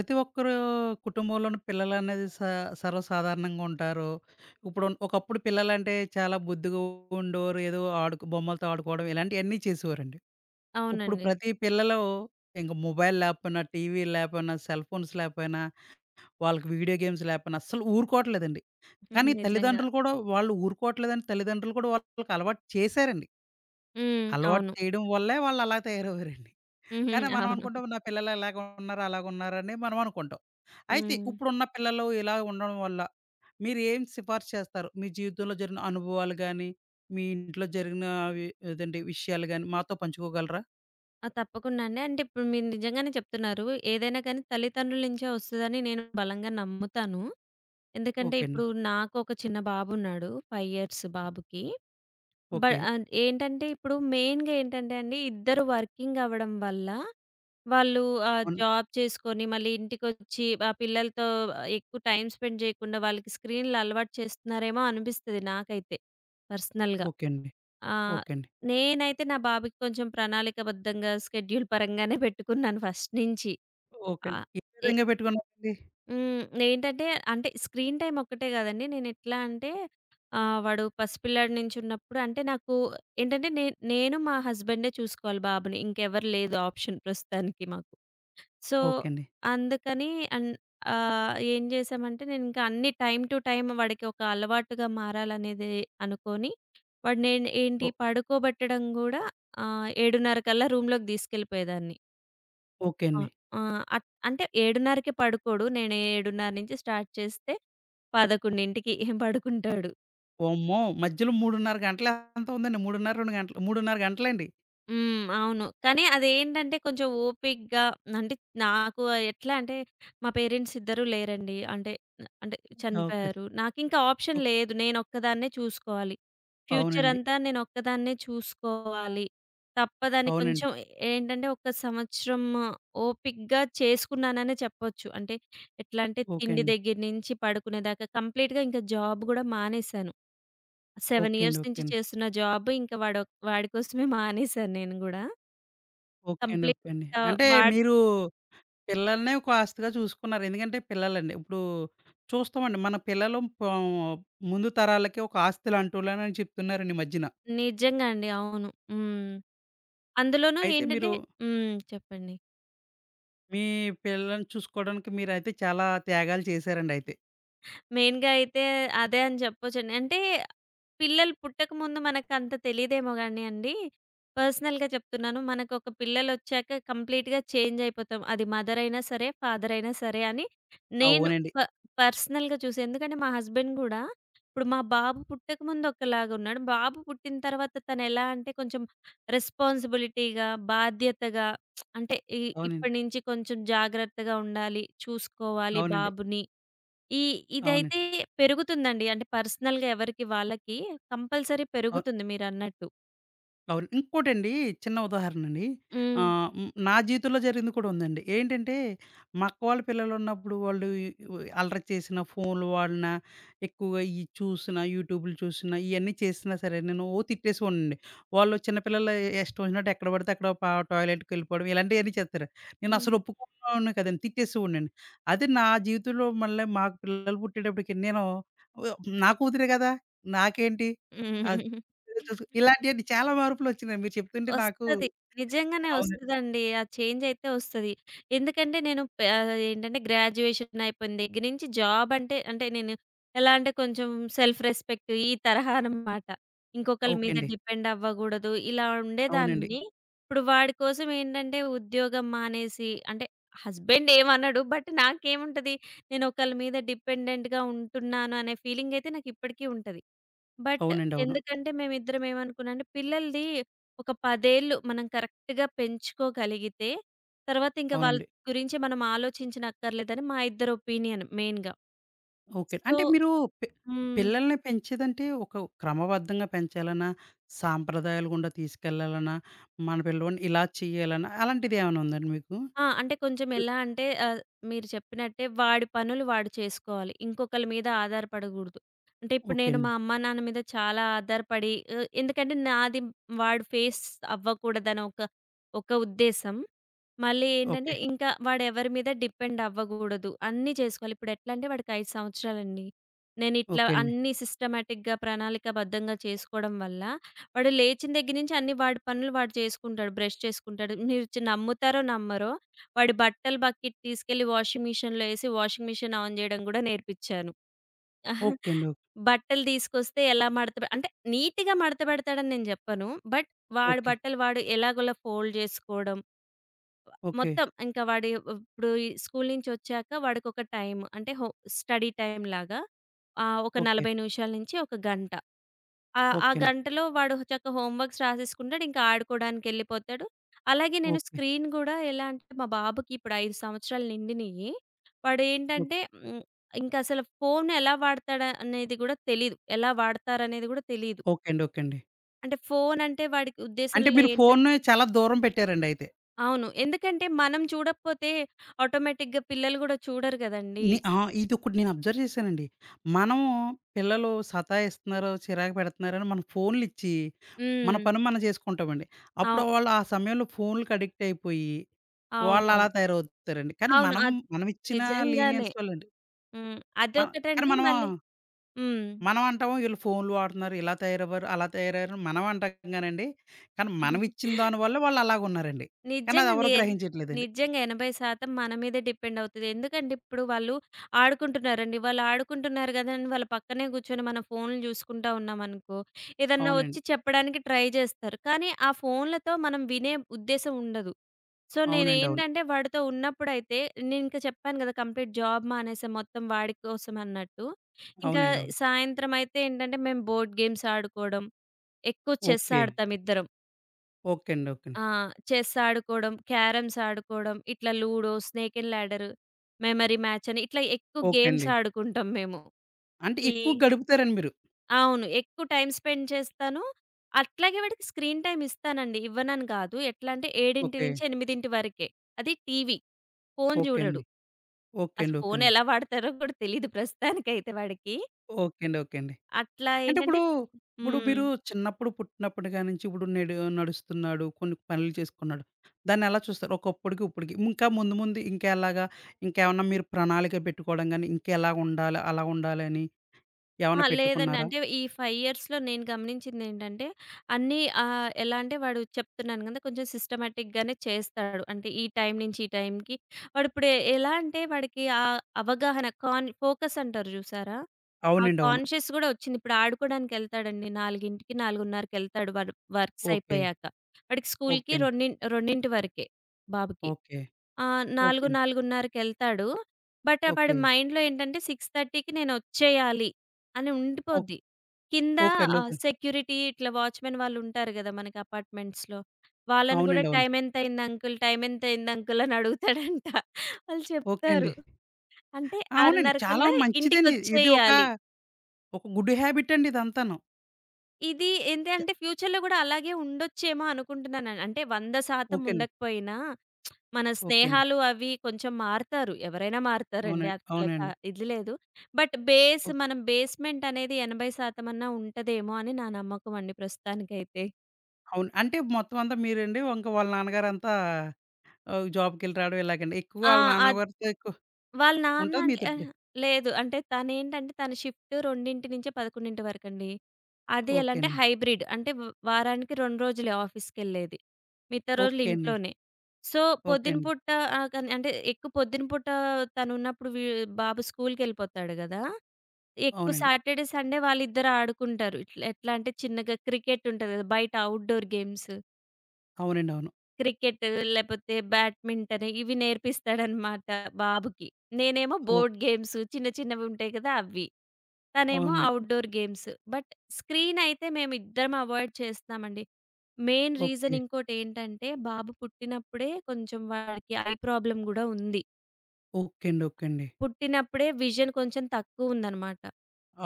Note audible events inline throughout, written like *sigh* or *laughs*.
ప్రతి ఒక్కరు కుటుంబంలోని పిల్లలనేది సర్వసాధారణంగా ఉంటారు. ఇప్పుడు ఒకప్పుడు పిల్లలంటే చాలా బుద్ధిగా ఉండేవారు. ఏదో ఆడుకు బొమ్మలతో ఆడుకోవడం ఇలాంటియన్నీ చేసేవారండి. ఇప్పుడు అవునండి. ప్రతి పిల్లలు ఇంక మొబైల్ లేకపోయినా, టీవీ లేకపోయినా, సెల్ ఫోన్స్ లేకపోయినా, వాళ్ళకి వీడియో గేమ్స్ లేకపోయినా అస్సలు ఊరుకోవట్లేదండి. హుహు. కానీ నిజంగా. తల్లిదండ్రులు కూడా వాళ్ళు ఊరుకోవట్లేదని తల్లిదండ్రులు కూడా వాళ్ళకి అలవాటు చేశారండి. హ్మ్. అలవాటు అవును. చేయడం వల్లే వాళ్ళు అలా తయారయ్యారండి. హుహు. కానీ *laughs* మనం అవును. అనుకుంటాం నా పిల్లలు ఇలాగ ఉన్నారు, అలాగున్నారని మనం అనుకుంటాం. అయితే హ్మ్. ఇప్పుడున్న పిల్లలు ఇలా ఉండడం వల్ల మీరేం సిఫార్సు చేస్తారు? మీ జీవితంలో జరిగిన అనుభవాలు గాని, మీ ఇంట్లో జరిగిన అవి అదేంటి విషయాలు గాని మాతో పంచుకోగలరా? ఆ! తప్పకుండా అండి. అంటే ఇప్పుడు మీరు నిజంగానే చెప్తున్నారు. ఏదైనా కానీ తల్లిదండ్రుల నుంచే వస్తదని నేను బలంగా నమ్ముతాను. ఎందుకంటే ఓకే అండి. ఇప్పుడు నాకు ఒక చిన్న బాబున్నాడు. 5 ఇయర్స్ బాబుకి. బ ఓకే. ఏంటంటే ఇప్పుడు మెయిన్‌గా ఏంటంటే అండి ఇద్దరు వర్కింగ్ అవ్వడం వల్ల వాళ్ళు అవునా? జాబ్ చేసుకొని మళ్ళీ ఇంటికొచ్చి ఆ పిల్లలతో ఎక్కువ టైమ్ స్పెండ్ చేయకుండా వాళ్ళకి స్క్రీన్‌లు అలవాటు చేస్తున్నారేమో అనిపిస్తది నాకైతే పర్సనల్‌గా. ఓకే అండి. ఆ! ఓకే అండి. నేనైతే నా బాబుకి కొంచెం ప్రణాళికబద్ధంగా స్కెడ్యూల్ పరంగానే పెట్టుకున్నాను ఫస్ట్ నుంచి. ఓకే అండి. ఆహ్, ఏ ఎ విధంగా పెట్టుకున్నారండి? హ్మ్. ఏంటంటే అంటే స్క్రీన్ టైమ్ ఒక్కటే కాదండి. నేనెట్లా అంటే వాడు పసిపిల్లాడి నుంచున్నప్పుడు అంటే నాకు ఏంటంటే నే నేను మా హస్బెండే చూసుకోవాలి బాబుని. ఇంకెవరు లేదు ఆప్షన్ ప్రస్తుతానికి మాకు. సో, ఓకే అండి. అందుకని అన్ ఏం చేశామంటే నేనింక అన్నీ టైమ్ టు టైమ్ వాడికి ఒక అలవాటుగా మారాలనేది అనుకోని, వాడు నేను ఏంటి ఓ పడుకోబెట్టడం గూడా 7:30 కల్లా రూమ్‌లోకి తీసుకెళ్ళిపోయేదాన్ని. ఓకే అండి. అవును. ఆ! అంటే 7:30కి పడుకోడు. నేను 7:30 నుంచి స్టార్ట్ చేస్తే 11కి పడుకుంటాడు. వామ్మో! మధ్యలో 3:30 గంటలు ఎంత ఉందండి? 3:30, 2 గంటలు 3:30 గంటలండి. హ్మ్. అవును. కానీ అదేంటంటే కొంచెం ఓపికగా అంటే నాకు ఎట్లా అంటే మా పేరెంట్స్ ఇద్దరూ లేరండి. అంటే అంటే ఓకే అండి. చనిపోయారు. నాకింకా ఆప్షన్ ఓకే. లేదు. నేనొక్కదాన్నే చూసుకోవాలి. ఫ్యూచర్ అవునండి. అంతా నేనొక్కదాన్నే చూసుకోవాలి. తప్పదని అవునండి. కొంచెం ఏంటంటే ఒక సంవత్సరం ఓపికగా చేసుకున్నాననే చెప్పొచ్చు. అంటే ఎట్లా అంటే ఓకే తిండి అండి. దగ్గర నుంచి పడుకునేదాకా కంప్లీట్‌గా ఇంకా జాబ్ గూడా మానేశాను. 7 ఓకే అండి. ఇయర్స్ ఓకే నుంచి అండి. చేస్తున్న జాబ్ ఇంకా వాడి కోసమే మానేశాను నేను గూడా. ఓకే అండి. ఓకే అండి. కంప్లీట్‌గా అంటే వాడ్ మీరు పిల్లల్నే కాస్త్‌గా చూసుకున్నారు. ఎందుకంటే పిల్లలండి ఇప్పుడు చూస్తామండి మన పిల్లలు పో ముందు తరాలకి ఒక ఆస్తి లాంటోళ్ళని చెప్తున్నారండి ఈ మధ్యన. నిజంగా అండి. అవును. హ్మ్. అందులోనూ అయితే ఏంటంటే మీరు హ్మ్. చెప్పండి. మీ పిల్లల్ని చూసుకోవడానికి మీరైతే చాలా త్యాగాలు చేశారండి అయితే. మెయిన్‌గా అయితే అదే అని చెప్పొచ్చండి. అంటే పిల్లలు పుట్టకముందు మనకంత తెలీదేమో గాని అండి. పర్సనల్‌గా చెప్తున్నాను. మనకొక పిల్లలొచ్చాక కంప్లీట్‌గా చేంజ్ అయిపోతాం. అది మదర్ అయినా సరే, ఫాదర్ అయినా సరే అని నేను అవునండి. ప పర్సనల్‌గా చూసి. ఎందుకంటే మా హస్బెండ్ గూడా ఇప్పుడు మా బాబు పుట్టకముందు ఒకలాగున్నాడు. బాబు పుట్టిన తర్వాత తనెలా అంటే కొంచెం రెస్పాన్సిబిలిటీగా, బాధ్యతగా అంటే ఇ అవునండి. ఇప్పటి నుంచి కొంచెం జాగ్రత్తగా ఉండాలి, చూసుకోవాలి అవునండి. బాబుని ఈ అవునండి. ఇదైతే పెరుగుతుందండి. అంటే పర్సనల్‌గా ఎవరికి వాళ్ళకి కంపల్సరీ అవును. పెరుగుతుంది మీరన్నట్టు. అవును. ఇంకోటండి చిన్న ఉదాహరణండి. హ్మ్. నా జీవితంలో జరిగింది కూడా ఉందండి. ఏంటంటే, మా అక్క వాళ్ళ పిల్లలున్నప్పుడు వాళ్ళు ఈ వ్ అల్లరి చేసినా, ఫోన్లు వాడినా, ఎక్కువగా ఇయి చూసినా, యూట్యూబ్‌లు చూసినా, ఇయన్నీ చేసినా సరే నేను తిట్టేసేవాడినండి. వాళ్ళు చిన్నపిల్లలు ఇష్టం వచ్చినట్టు ఎక్కడ పడితే అక్కడ టాయిలెట్‌కెళ్ళిపోవడం ఇలాంటియన్నీ చేత్తారు. హ్మ్. నేనసలు ఒప్పుకునేవాడిని కాదండి. తిట్టేసేవాడినండి. అది నా జీవితంలో మళ్ళీ మాకు పిల్లలు పుట్టేటప్పటికి నేను వ్ నా కూతురే కదా! నాకేంటి? అద్ *laughs* ఇలాంటియన్ని చాలా మార్పులొచ్చినియి. మీరు చెప్తుంటే నాకు వస్తది. నిజంగానే అవును. వస్తదండి. ఆ చేంజ్ అయితే వస్తది. ఎందుకంటే నేను ఏంటంటే గ్రాడ్యుయేషన్ అయిపోయిన దగ్గర నుంచి జాబ్ అంటే, అంటే నేను ఎలా అంటే కొంచెం సెల్ఫ్ రెస్పెక్ట్ ఈ తరహా అన్నమాట. ఇంకొకళ్ళ ఓకే మీద అండి. డిపెండ్ అవ్వగూడదు. ఇలా అవునండి. ఉండేదాన్ని. ఇప్పుడు వాడి కోసం ఏంటంటే ఉద్యోగం మానేసి అంటే హస్బెండ్ ఏమనడు. బట్ నాకేముంటది? నేను ఒకళ్ళ మీద డిపెండెంట్‌గా ఉంటున్నాను అనే ఫీలింగ్ అయితే నాకు ఇప్పటికి ఉంటది. బట్ అవునండి. అవును. ఎందుకంటే మేమిద్దరం ఏమనుకున్నాం అంటే పిల్లలది ఒక 10 ఏళ్ళు మనం కరెక్ట్‌గా పెంచుకోగలిగితే, తర్వాత ఇంక వాళ్ళ అవునండి. గురించి మనం ఆలోచించనక్కర్లేదని మా ఇద్దరి ఒపీనియన్ మెయిన్‌గా. ఓకే. సో అంటే మీరు పి హ్మ్. పిల్లల్ని పెంచేదంటే ఒక క్రమబద్ధంగా పెంచాలనా? సాంప్రదాయాల గుండా తీసుకెళ్ళాలనా? మన పిల్లోడిని ఇలా చేయాలనా? అలాంటిదేమన్నా ఉందండి మీకు? ఆ! అంటే కొంచెం హ్మ్. ఎలా అంటే మీరు చెప్పినట్టే వాడి పనులు వాడు చేసుకోవాలి. ఇంకొకళ్ళ మీద ఆధారపడగూడదు. అంటే ఇప్పుడు ఓకే నేను అండి. మా అమ్మా నాన్న మీద చాలా ఆధారపడి ఎందుకంటే నాది వాడు ఫేస్ అవ్వకూడదని ఒక ఉద్దేశం. మళ్ళీ ఏంటంటే ఓకే. ఇంకా వాడెవరి మీద డిపెండ్ అవ్వగూడదు. అన్నీ చేసుకోవాలి. ఇప్పుడెట్లా అంటే వాడికి 5 సంవత్సరాలండి. నేనిట్లా ఓకే అండి. అన్నీ సిస్టమాటిక్‌గా ప్రణాళికాబద్ధంగా చేసుకోవడం వల్ల వాడు లేచిన దగ్గర నుంచి అన్ని వాడి పనులు వాడు చేసుకుంటాడు. బ్రష్ చేసుకుంటాడు. మీరు నమ్ముతారో నమ్మరో వాడి బట్టల బకెట్ తీసుకెళ్ళి వాషింగ్ మిషన్‌లో ఏసి, వాషింగ్ మిషన్ ఆన్ జేయడం గూడా నేర్పిచ్చాను. ఓకే అండి. బట్టలు తీసుకొస్తే ఎలా మడత పె అంటే నీట్‌గా మడత పెడతాడని నేను జెప్పను. బట్ వాడి ఓకే. బట్టలు వాడు ఎలాగోలా ఫోల్డ్ జేసుకోవడం, ఓకే. మొత్తం ఇంకా వాడి ఇప్పుడు ఈ స్కూలు నుంచొచ్చాక వాడికొక టైం అంటే స్టడీ టైమ్‌లాగా ఒక ఓకే. 40 నిమిషాల నుంచి ఒక గంట. ఆ! ఆ ఓకే అండి. గంటలో వాడు చక్కగా హోమ్ వర్క్స్ రాసేసుకుంటాడు. ఇంకా ఆడుకోవడానికెళ్ళిపోతాడు. అలాగే నేను ఓకే. స్క్రీన్ గూడా ఎలా అంటే మా బాబుకి ఇప్పుడు 5 సంవత్సరాలు నిండినియి. వాడేంటంటే ఓకే. హ్మ్. ఇంకసలు ఫోన్ ఎలా వాడతాడా అనేది గూడా తెలీదు. ఎలా వాడతారనేది గూడా తెలీదు. ఓకే అండి. ఓకే అండి. అంటే ఫోన్ అంటే వాడి అంటే ఉద్దేశంలో మీరు ఏంటంటే ఫోన్‌ని చాలా దూరం పెట్టారండి అయితే. అవును. ఎందుకంటే మనం చూడకపోతే ఆటోమేటిక్‌గా పిల్లలు గూడా చూడరు గదండీ! ఆ! ఇదొకటి నేను అబ్జర్వ్ చేశానండి. మనము పిల్లలు సతాయిస్తున్నారు, చిరాకు పెడుతున్నారని మనం ఫోన్‌లిచ్చి, మన హ్మ్. పని మనం చేసుకుంటామండి. అవు అప్పుడు వాళ్ళు ఆ సమయంలో ఫోన్‌లకి అడిక్ట్ అయిపోయి, వాళ్ళు అవునవును. అలా తయారవుతారండి. కానీ అవును. మనం అది మనమిచ్చిన నిజంగానే. లీనియన్స్ వల్లండి. హ్మ్. మ కానీ అదొకటండి మనం మళ్ళీ హ్మ్. మనం అంటాము వీళ్ళు ఫోన్‌లు వాడుతున్నారు, ఇలా తయారవ్వరు, అలా తయారయ్యారని మనం అంటాం కానండి. కానీ మనం ఇచ్చిన దాని వల్ల వాళ్ళు అలాగున్నారండి. కానీ అది ఎవరు నిజంగానే. గ్రహించట్లేదండి. నిజంగా 80% మన మీదే డిపెండ్ అవుతది. ఎందుకంటే ఇప్పుడు వాళ్ళు ఆడుకుంటున్నారండి. వాళ్ళు ఆడుకుంటున్నారు గదా! అని వాళ్ళ పక్కనే కూర్చొని మనం ఫోన్‌లు చూసుకుంటా ఉన్నామనుకో, ఏదన్నా వచ్చి అవునండి. చెప్పడానికి ట్రై జేస్తారు. కానీ ఆ ఫోన్‌లతో మనం వినే ఉద్దేశ్యం ఉండదు. సో, అవునండి. అవును. నేనేంటంటే వాడితో ఉన్నప్పుడైతే నేనింక చెప్పాను గదా! కంప్లీట్ జాబ్ మానేసా మొత్తం వాడి కోసం అన్నట్టు. ఇంకా అవునండి. అవును. సాయంత్రం అయితే ఏంటంటే మేము బోర్డ్ గేమ్స్ ఆడుకోవడం, ఎక్కువ చెస్ ఓకే. ఆడతాం ఇద్దరం. ఓకే అండి. ఓకే అండి. ఆ! చెస్ ఆడుకోవడం, క్యారమ్స్ ఆడుకోవడం, ఇట్లా Ludo, snake and ladder, memory match అని ఇట్లా ఎక్కువ ఓకే గేమ్స్ అండి. ఆడుకుంటాం మేము. అంటే ఈ ఎక్కువ గడుపుతారండి మీరు. అవును. ఎక్కువ టైమ్ స్పెండ్ చేస్తాను. అట్లాగే వాడికి స్క్రీన్ టైమ్ ఇస్తానండి. ఇవ్వనని కాదు. ఎట్లా అంటే ఓకే. 7-8 వరకే. అది టీవీ. ఫోను ఓకే చూడడు. అండి. ఓకే అసలు అండి. ఓకే ఫోను అండి. ఎలా వాడతారో కూడా తెలీదు ప్రస్తుతానికైతే వాడికి. ఓకే అండి. ఓకే అండి. అట్లా అంటే ఏంటంటే ఇప్పుడు, ఇప్పుడు హ్మ్. మీరు చిన్నప్పుడు పుట్టినప్పటి కానించి ఇప్పుడు నేడు నడుస్తున్నాడు, కొన్ని పనులు చేసుకున్నాడు. దాన్నెలా చూస్తారు? ఒకప్పుడుకి, ఇప్పటికి. ఇంకా ముందు ముందు ఇంకా ఎలాగా ఇంకేమన్నా మీరు ప్రణాళిక పెట్టుకోవడం గాని, ఇంకా ఎలా ఉండాలి, అలా ఉండాలని అహా! ఏమన్నా లేదండి. పెట్టుకున్నారా? అంటే ఈ 5 ఇయర్స్‌లో నేను గమనించిందేంటంటే, అన్నీ ఎలా అంటే వాడు చెప్తున్నాను కదా! కొంచెం సిస్టమాటిక్‌గానే చేస్తాడు. అంటే ఈ టైం నుంచి ఈ టైంకి వాడిప్పుడు ఎలా అంటే వాడికి ఆ అవగాహన ఫోకస్ అంటారు చూసారా? ఆ అవునండి. అవును. కాన్షియస్ కూడా వచ్చింది. ఇప్పుడు ఆడుకోవడానికెళ్తాడండి 4:00కి, 4:30కెళ్తాడు వాడు వర్క్స్ ఓకే. అయిపోయాక. వాడికి స్కూల్‌కి ఓకే అండి. 2 వరకే బాబుకి. ఓకే. ఆ! ఓకే 4, అండి. 4:30కెళ్తాడు. బట్ వాడి ఓకే. మైండ్‌లో ఏంటంటే 6:30కి నేనొచ్చేయాలి అని ఓక్ ఉండిపోద్ది. కింద ఓకే అండి. ఓకే అండి. సెక్యూరిటీ ఇట్లా వాచ్‌మెన్ వాళ్ళుంటారు గదా! మనకి అపార్ట్‌మెంట్స్‌లో. వాళ్ళని గూడా అవునండి. అవును. "టైమెంతయింది అంకుల్? టైమెంతయింది అంకుల్?" అని అడుగుతాడంట. వాళ్ళు ఓకే చెప్తారు. అండి. అంటే అవునండి. 6:30 చాలా కల్లా మంచిదండి. ఇది ఒక ఇంటికొచ్చేయాలి. ఒక గుడ్ హ్యాబిట్ అండి ఇదంతాను. ఇది ఏంటి అంటే ఫ్యూచర్‌లో గూడా అలాగే ఉండొచ్చేమో అనుకుంటున్నాను. అంటే 100% ఓకే అండి. ఉండకపోయినా మన ఓకే అండి. స్నేహాలు అవి కొంచెం మారతారు. ఎవరైనా మారతారండి. అవునండి. అట్లా త అవునండి. ఇది లేదు. But oh! బేస్‌మెంట్ అనేది 80% అన్నా ఉంటదేమో అని నా నమ్మకం అండి ప్రస్తుతానికైతే. అవును. అంటే మొత్తం అంతా మీరండి. ఇంకా వాళ్ళ నాన్నగారంతా జాబ్‌కెళ్ళి రావడం ఇలాగండి. ఎక్కువ ఆ! వాళ్ళ అద్ నాన్నగారితో ఎక్కువ వాళ్ళ నాన్న ఉంటది అంటే మీతోటి. లేదు. అంటే తనేంటంటే తన షిఫ్ట్ 2 నుంచి 11 వరకండి. అది ఎలా ఓకే అంటే అండి. హైబ్రిడ్. అంటే వారానికి 2 రోజులే ఆఫీస్‌కెళ్ళేది. మిగతా రోజులు ఓకే అండి. ఇంట్లోనే. సో, ఓకే పొద్దున అండి. పూట ఆహ్, కన్ అంటే ఎక్కువ పొద్దున పూట తనున్నప్పుడు వీ బాబు స్కూల్‌కెళ్ళిపోతాడు గదా! ఎక్కువ అవునండి. సాటర్‌డే, సండే వాళ్ళిద్దరు ఆడుకుంటారు. ఇట్లా ఎట్లా అంటే చిన్నగా క్రికెట్ ఉంటది కదా! బయట ఔట్‌డోర్ గేమ్స్. అవునండి. అవును. క్రికెట్ లేపోతే బ్యాడ్మింటన్ ఇవి నేర్పిస్తాడనమాట బాబుకి. నేనేమో ఓహ్! బోర్డ్ గేమ్స్ చిన్న చిన్నవి ఉంటాయి కదా! అవి. తనేమో అవునండి. Okay. Outdoor games. But screen అయితే మేమిద్దరం అవాయిడ్ చేస్తామండి. మెయిన్ రీజన్ ఇంకోటేంటంటే బాబు పుట్టినప్పుడే కొంచెం వాడికి ఐ ప్రాబ్లమ్ గూడా ఉంది. ఓకే అండి. ఓకే అండి. పుట్టినప్పుడే విజన్ కొంచెం తక్కువుందనమాట.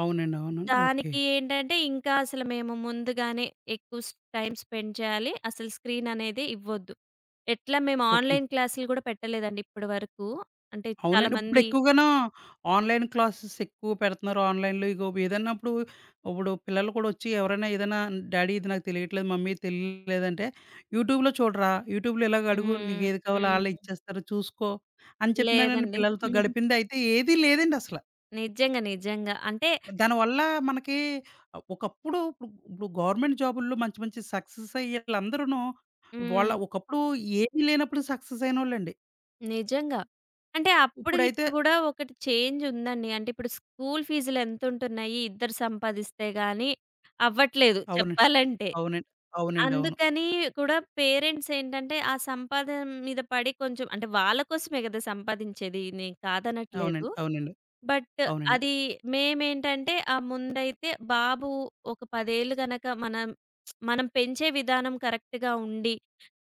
అవునండి. అవును. ఓకే. దానికి ఏంటంటే, ఇంకా అసలు మేము ముందుగానే ఎక్కువ టైమ్ స్పెండ్ చేయాలి. అసలు స్క్రీన్ అనేది ఇవ్వొద్దు. ఎట్లా మేము ఓకే. ఆన్‌లైన్ క్లాసులు గూడా పెట్టలేదండి ఇప్పటి వరకు. అంటే చాలా అవునండి. మంది ఇప్పుడెక్కువగాను ఆన్‌లైన్ క్లాసెస్ ఎక్కువ పెడుతున్నారు. ఆన్‌లైన్‌లో ఇగో ఏదన్నా ఇప్పుడు, ఇప్పుడు పిల్లలు కూడా వచ్చి ఎవరైనా ఏదైనా డాడీ ఇది నాకు తెలియట్లేదు, మమ్మీ తెలియలేదంటే, యూట్యూబ్‌లో చూడరా, యూట్యూబ్‌లో ఇలాగ అడుగు హ్మ్. నీకేది కావాలో ఆళ్ళే హ్మ్. ఇచ్చేస్తారు చూసుకో అని చెప్తున్నారండి లేదండి. పిల్లలతో *laughs* గడిపిందయితే ఏదీ లేదండి అసల. నిజంగా. నిజంగా. అంటే దానివల్ల మనకి ఒకప్పుడు ఇప్పుడు ఇప్పుడు గవర్నమెంట్ జాబుల్లో మంచి మంచి సక్సెస్ అయ్యేళ్ళందరూను హ్మ్. వాళ్ళ ఒకప్పుడు ఏమీ లేనప్పుడు సక్సెస్ అయినోళ్ళండి. నిజంగా. అంటే అప్పుడు ఇప్పుడైతే ఇప్పుడు గూడా ఒకటి చేంజ్ ఉందండి. అంటే ఇప్పుడు స్కూల్ ఫీజులు ఎంతుంటున్నాయి? ఇద్దరు సంపాదిస్తే గాని అవ్వట్లేదు అవునండి. చెప్పాలంటే. అవునండి. అవునండి. అవును. అందుకని కూడా పేరెంట్స్ ఏంటంటే, ఆ సంపాదన మీద పడి కొంచెం అంటే వాళ్ళ కోసమే కదా సంపాదించేది. నేను కాదనట్లేదు. అవునండి. అవునండి. బట్ అవునండి. అది మేమేంటంటే, ఆ ముందైతే బాబు ఒక 10 ఏళ్ళు గనక మనం మనం పెంచే విధానం కరెక్ట్‌గా ఉండి,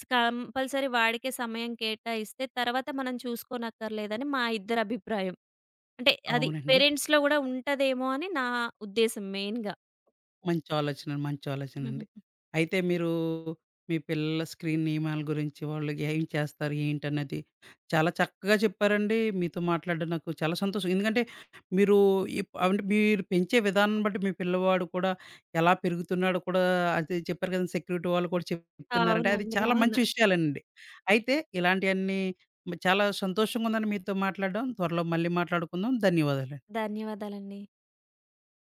కంపల్సరీ వాడికే సమయం కేటాయిస్తే తర్వాత మనం చూసుకోనక్కర్లేదని మా ఇద్దరి అభిప్రాయం. అంటే అది అవునండి. పేరెంట్స్‌లో గూడా ఉంటదేమో అని నా ఉద్దేశం మెయిన్‌గా. మంచి ఆలోచన, మంచి ఆలోచనండి. *laughs* అయితే మీరు మీ పిల్లల స్క్రీన్ నియమాల గురించి వాళ్ళు ఏం చేస్తారు, ఏంటన్నది చాలా చక్కగా చెప్పారండి. మీతో మాట్లాడడం నాకు చాలా సంతోషం. ఎందుకంటే మీరు అంటే మీరు పెంచే విధానం బట్టి మీ పిల్లవాడు కూడా ఎలా పెరుగుతున్నాడో కూడా అది చెప్పారు కదండీ. సెక్యూరిటీ వాళ్ళు కూడా చెప్తున్నారంటే అది అవునండి. చాలా అవును. మంచి విషయాలేనండి. అయితే ఇలాంటియన్నీ చాలా సంతోషంగా ఉందండి మీతో మాట్లాడడం. త్వరలో మళ్ళీ మాట్లాడుకుందాం. ధన్యవాదాలు. ధన్యవాదాలండి.